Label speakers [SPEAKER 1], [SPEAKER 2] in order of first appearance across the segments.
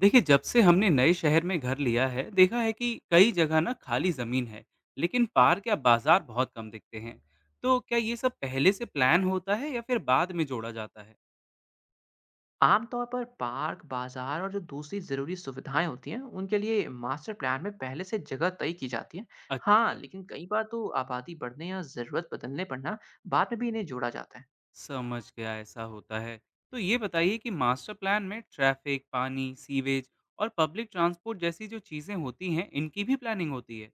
[SPEAKER 1] देखिए, जब से हमने नए शहर में घर लिया है, देखा है कि कई जगह ना खाली जमीन है, लेकिन पार्क या बाजार बहुत कम दिखते हैं। तो क्या ये सब पहले से प्लान होता है या फिर बाद में जोड़ा जाता है।
[SPEAKER 2] आमतौर पर पार्क, बाजार और जो दूसरी ज़रूरी सुविधाएं होती हैं, उनके लिए मास्टर प्लान में पहले से जगह तय की जाती है। हाँ,
[SPEAKER 1] अच्छा।
[SPEAKER 2] लेकिन कई बार तो आबादी बढ़ने या ज़रूरत बदलने पर ना बाद में भी इन्हें जोड़ा जाता है।
[SPEAKER 1] समझ गया, ऐसा होता है। तो ये बताइए कि मास्टर प्लान में ट्रैफिक, पानी, सीवेज और पब्लिक ट्रांसपोर्ट जैसी जो चीजें होती हैं, इनकी भी प्लानिंग होती है।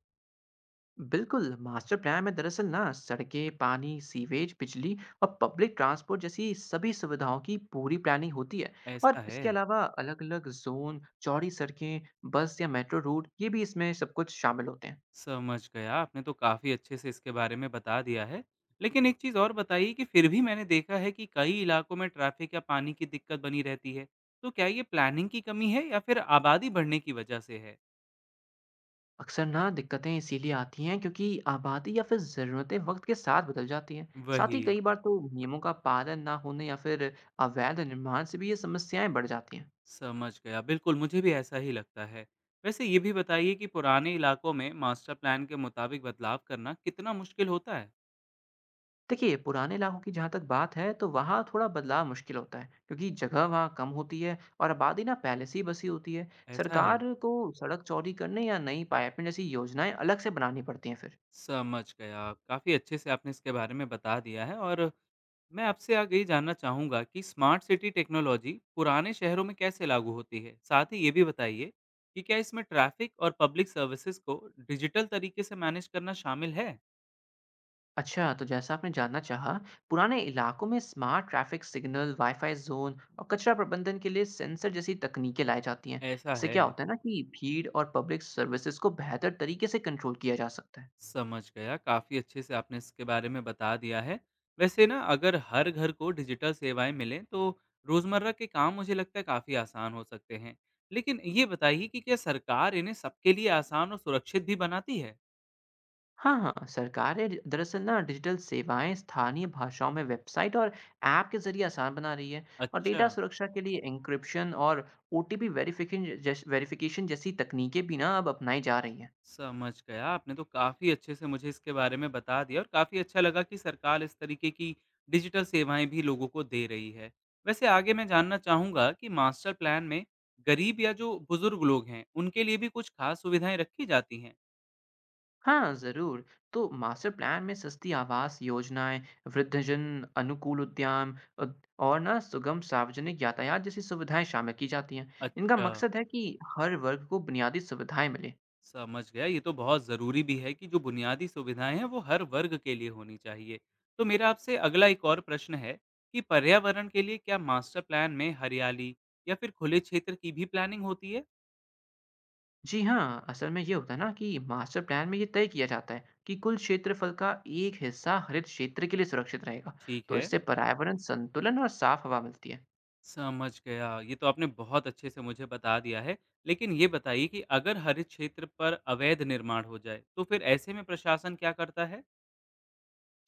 [SPEAKER 2] बिल्कुल, मास्टर प्लान में दरअसल ना सड़कें, पानी, सीवेज, बिजली और पब्लिक ट्रांसपोर्ट जैसी सभी सुविधाओं की पूरी प्लानिंग होती है।
[SPEAKER 1] ऐसा
[SPEAKER 2] और इसके
[SPEAKER 1] है।
[SPEAKER 2] अलावा अलग-अलग जोन, चौड़ी सड़कें, बस या मेट्रो रूट ये भी इसमें सब कुछ शामिल होते हैं।
[SPEAKER 1] समझ गया, आपने तो काफ़ी अच्छे से इसके बारे में बता दिया है। लेकिन एक चीज़ और बताइए कि फिर भी मैंने देखा है कि कई इलाकों में ट्रैफ़िक या पानी की दिक्कत बनी रहती है। तो क्या ये प्लानिंग की कमी है या फिर आबादी बढ़ने की वजह से है?
[SPEAKER 2] अक्सर ना दिक्कतें इसीलिए आती हैं क्योंकि आबादी या फिर ज़रूरतें वक्त के साथ बदल जाती हैं। साथ ही
[SPEAKER 1] वही।
[SPEAKER 2] कई बार तो नियमों का पालन ना होने या फिर अवैध निर्माण से भी ये समस्याएं बढ़ जाती हैं।
[SPEAKER 1] समझ गया। बिल्कुल, मुझे भी ऐसा ही लगता है। वैसे ये भी बताइए कि पुराने इलाकों में मास्टर प्लान के मुताबिक बदलाव करना कितना मुश्किल होता है?
[SPEAKER 2] देखिए पुराने इलाकों की जहाँ तक बात है तो वहाँ थोड़ा बदलाव मुश्किल होता है क्योंकि जगह वहाँ कम होती है और आबादी ना पहले से ही बसी होती है।
[SPEAKER 1] ऐसा है।
[SPEAKER 2] सरकार को सड़क चौड़ी करने या नई पाइपलाइन जैसी योजनाएं अलग से बनानी पड़ती हैं फिर।
[SPEAKER 1] समझ गया। काफ़ी अच्छे से आपने इसके बारे में बता दिया है, और मैं आपसे आगे ये जानना चाहूँगा कि स्मार्ट सिटी टेक्नोलॉजी पुराने शहरों में कैसे लागू होती है? साथ ही ये भी बताइए कि क्या इसमें ट्रैफ़िक और पब्लिक सर्विसेज़ को डिजिटल तरीके से मैनेज करना शामिल है?
[SPEAKER 2] अच्छा, तो जैसा आपने जानना चाहा, पुराने इलाकों में smart traffic signal, wifi zone और कचरा प्रबंधन के लिए सेंसर जैसी तकनीकें लाई जाती हैं।
[SPEAKER 1] ऐसा
[SPEAKER 2] इससे
[SPEAKER 1] है।
[SPEAKER 2] क्या होता है ना कि भीड़ और पब्लिक सर्विसेज को बेहतर तरीके से कंट्रोल किया जा सकता है।
[SPEAKER 1] समझ गया। काफ़ी अच्छे से आपने इसके बारे में बता दिया है। वैसे ना, अगर हर घर को डिजिटल सेवाएँ मिलें, तो रोज़मर्रा के काम मुझे लगता है काफ़ी आसान हो सकते हैं। लेकिन ये बताइए कि क्या सरकार इन्हें सबके लिए आसान और सुरक्षित भी बनाती है?
[SPEAKER 2] हाँ, हाँ, सरकारें दरअसल ना डिजिटल सेवाएं स्थानीय भाषाओं में वेबसाइट और ऐप के जरिए आसान बना रही है। और
[SPEAKER 1] अच्छा।
[SPEAKER 2] डेटा सुरक्षा के लिए एन्क्रिप्शन और ओटीपी वेरिफिकेशन वेरिफिकेशन जैसी तकनीकें भी ना अब अपनाई जा रही हैं।
[SPEAKER 1] समझ गया। आपने तो काफ़ी अच्छे से मुझे इसके बारे में बता दिया, और काफ़ी अच्छा लगा कि सरकार इस तरीके की डिजिटल सेवाएँ भी लोगों को दे रही है। वैसे आगे मैं जानना चाहूँगा कि मास्टर प्लान में गरीब या जो बुज़ुर्ग लोग हैं, उनके लिए भी कुछ ख़ास सुविधाएँ रखी जाती हैं?
[SPEAKER 2] हाँ, ज़रूर। तो मास्टर प्लान में सस्ती आवास योजनाएँ, वृद्धजन अनुकूल उद्यान, और ना सुगम सार्वजनिक यातायात जैसी सुविधाएँ शामिल की जाती हैं। इनका
[SPEAKER 1] अच्छा।
[SPEAKER 2] मकसद है कि हर वर्ग को बुनियादी सुविधाएँ मिलें।
[SPEAKER 1] समझ गया। ये तो बहुत ज़रूरी भी है कि जो बुनियादी सुविधाएँ हैं, वो हर वर्ग के लिए होनी चाहिए। तो मेरा आपसे अगला एक और प्रश्न है कि पर्यावरण के लिए क्या मास्टर प्लान में हरियाली या फिर खुले क्षेत्र की भी प्लानिंग होती है?
[SPEAKER 2] जी हाँ, असल में ये होता है ना कि मास्टर प्लान में ये तय किया जाता है कि कुल क्षेत्रफल का एक हिस्सा हरित क्षेत्र के लिए सुरक्षित रहेगा।
[SPEAKER 1] ठीक
[SPEAKER 2] तो
[SPEAKER 1] है।
[SPEAKER 2] इससे पर्यावरण संतुलन और साफ हवा मिलती है।
[SPEAKER 1] समझ गया। ये तो आपने बहुत अच्छे से मुझे बता दिया है। लेकिन ये बताइए कि अगर हरित क्षेत्र पर अवैध निर्माण हो जाए, तो फिर ऐसे में प्रशासन क्या करता है?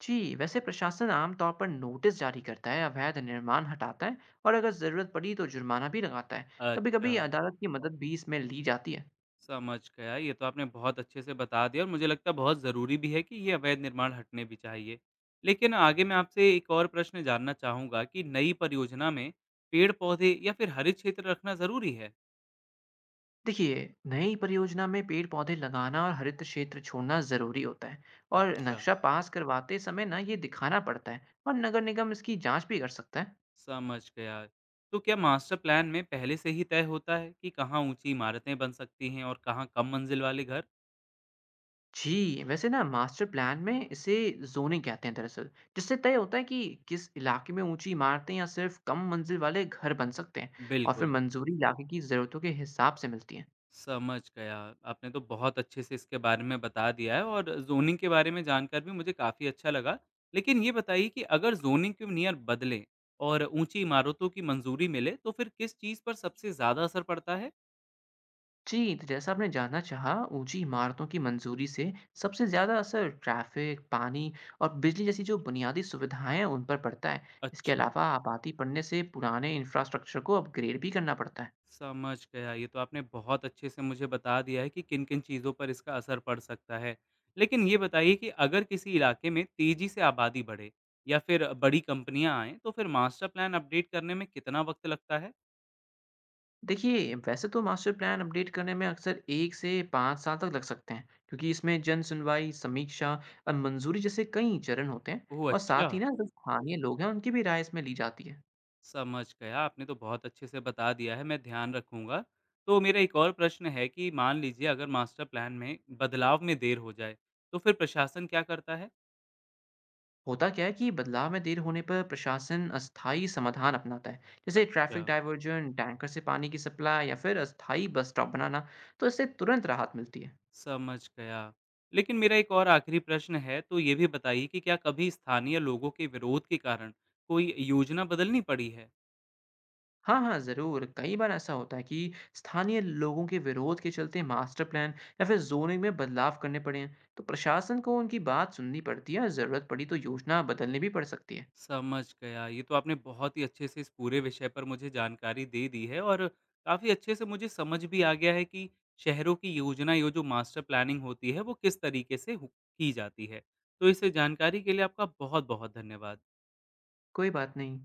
[SPEAKER 2] जी, वैसे प्रशासन आमतौर पर नोटिस जारी करता है, अवैध निर्माण हटाता है और अगर ज़रूरत पड़ी तो जुर्माना भी लगाता है। कभी-कभी
[SPEAKER 1] अच्छा।
[SPEAKER 2] अदालत की मदद भी इसमें ली जाती है।
[SPEAKER 1] समझ गया। ये तो आपने बहुत अच्छे से बता दिया, और मुझे लगता है बहुत ज़रूरी भी है कि ये अवैध निर्माण हटने भी चाहिए। लेकिन आगे मैं आपसे एक और प्रश्न जानना चाहूँगा कि नई परियोजना में पेड़-पौधे या फिर हरित क्षेत्र रखना ज़रूरी है?
[SPEAKER 2] देखिए, नई परियोजना में पेड़-पौधे लगाना और हरित क्षेत्र छोड़ना ज़रूरी होता है और
[SPEAKER 1] अच्छा।
[SPEAKER 2] नक्शा पास करवाते समय ना ये दिखाना पड़ता है और नगर निगम इसकी जांच भी कर सकता है।
[SPEAKER 1] समझ गया। तो क्या मास्टर प्लान में पहले से ही तय होता है कि कहाँ ऊँची इमारतें बन सकती हैं और कहाँ कम मंजिल वाले घर?
[SPEAKER 2] जी, वैसे ना मास्टर प्लान में इसे ज़ोनिंग कहते हैं दरअसल, जिससे तय होता है कि किस इलाके में ऊंची इमारतें या सिर्फ कम मंजिल वाले घर बन सकते हैं और फिर
[SPEAKER 1] बिल्कुल।
[SPEAKER 2] मंजूरी इलाके की ज़रूरतों के हिसाब से मिलती है।
[SPEAKER 1] समझ गया। आपने तो बहुत अच्छे से इसके बारे में बता दिया है, और ज़ोनिंग के बारे में जानकर भी मुझे काफ़ी अच्छा लगा। लेकिन ये बताइए कि अगर ज़ोनिंग के नियर बदलें और ऊँची इमारतों की मंजूरी मिले, तो फिर किस चीज़ पर सबसे ज़्यादा असर पड़ता है?
[SPEAKER 2] जी, तो जैसा आपने जानना चाहा, ऊंची इमारतों की मंजूरी से सबसे ज़्यादा असर ट्रैफिक, पानी और बिजली जैसी जो बुनियादी सुविधाएं हैं उन पर पड़ता है। इसके
[SPEAKER 1] अच्छा।
[SPEAKER 2] अलावा आबादी बढ़ने से पुराने इंफ्रास्ट्रक्चर को अपग्रेड भी करना पड़ता है।
[SPEAKER 1] समझ गया। ये तो आपने बहुत अच्छे से मुझे बता दिया है कि किन-किन चीज़ों पर इसका असर पड़ सकता है। लेकिन ये बताइए कि अगर किसी इलाके में तेज़ी से आबादी बढ़े या फिर बड़ी कंपनियाँ आएँ, तो फिर मास्टर प्लान अपडेट करने में कितना वक़्त लगता है?
[SPEAKER 2] देखिए वैसे तो मास्टर प्लान अपडेट करने में अक्सर 1 से 5 साल तक लग सकते हैं क्योंकि इसमें जन सुनवाई समीक्षा और मंजूरी जैसे कई चरण होते हैं
[SPEAKER 1] ओह!
[SPEAKER 2] और
[SPEAKER 1] अच्छा।
[SPEAKER 2] साथ ही ना जो स्थानीय लोग हैं उनकी भी राय इसमें ली जाती है।
[SPEAKER 1] समझ गया। आपने तो बहुत अच्छे से बता दिया है, मैं ध्यान रखूँगा। तो मेरा एक और प्रश्न है कि मान लीजिए अगर मास्टर प्लान में बदलाव में देर हो जाए, तो फिर प्रशासन क्या करता है?
[SPEAKER 2] होता क्या है कि बदलाव में देर होने पर प्रशासन अस्थायी समाधान अपनाता है जैसे
[SPEAKER 1] अच्छा।
[SPEAKER 2] ट्रैफिक डाइवर्जन, टैंकर से पानी की सप्लाई या फिर अस्थायी बस स्टॉप बनाना। तो इससे तुरंत राहत मिलती है।
[SPEAKER 1] समझ गया। लेकिन मेरा एक और आखिरी प्रश्न है, तो ये भी बताइए कि क्या कभी स्थानीय लोगों के विरोध के कारण कोई योजना बदलनी पड़ी है?
[SPEAKER 2] हाँ, हाँ, ज़रूर। कई बार ऐसा होता है कि स्थानीय लोगों के विरोध के चलते मास्टर प्लान या फिर ज़ोनिंग में बदलाव करने पड़े हैं। तो प्रशासन को उनकी बात सुननी पड़ती है और ज़रूरत पड़ी तो योजना बदलनी भी पड़ सकती है।
[SPEAKER 1] समझ गया। ये तो आपने बहुत ही अच्छे से इस पूरे विषय पर मुझे जानकारी दे दी है, और काफ़ी अच्छे से मुझे समझ भी आ गया है कि शहरों की योजना, ये जो मास्टर प्लानिंग होती है, वो किस तरीके से हु की जाती है। तो इस जानकारी के लिए आपका बहुत-बहुत धन्यवाद।
[SPEAKER 2] कोई बात नहीं।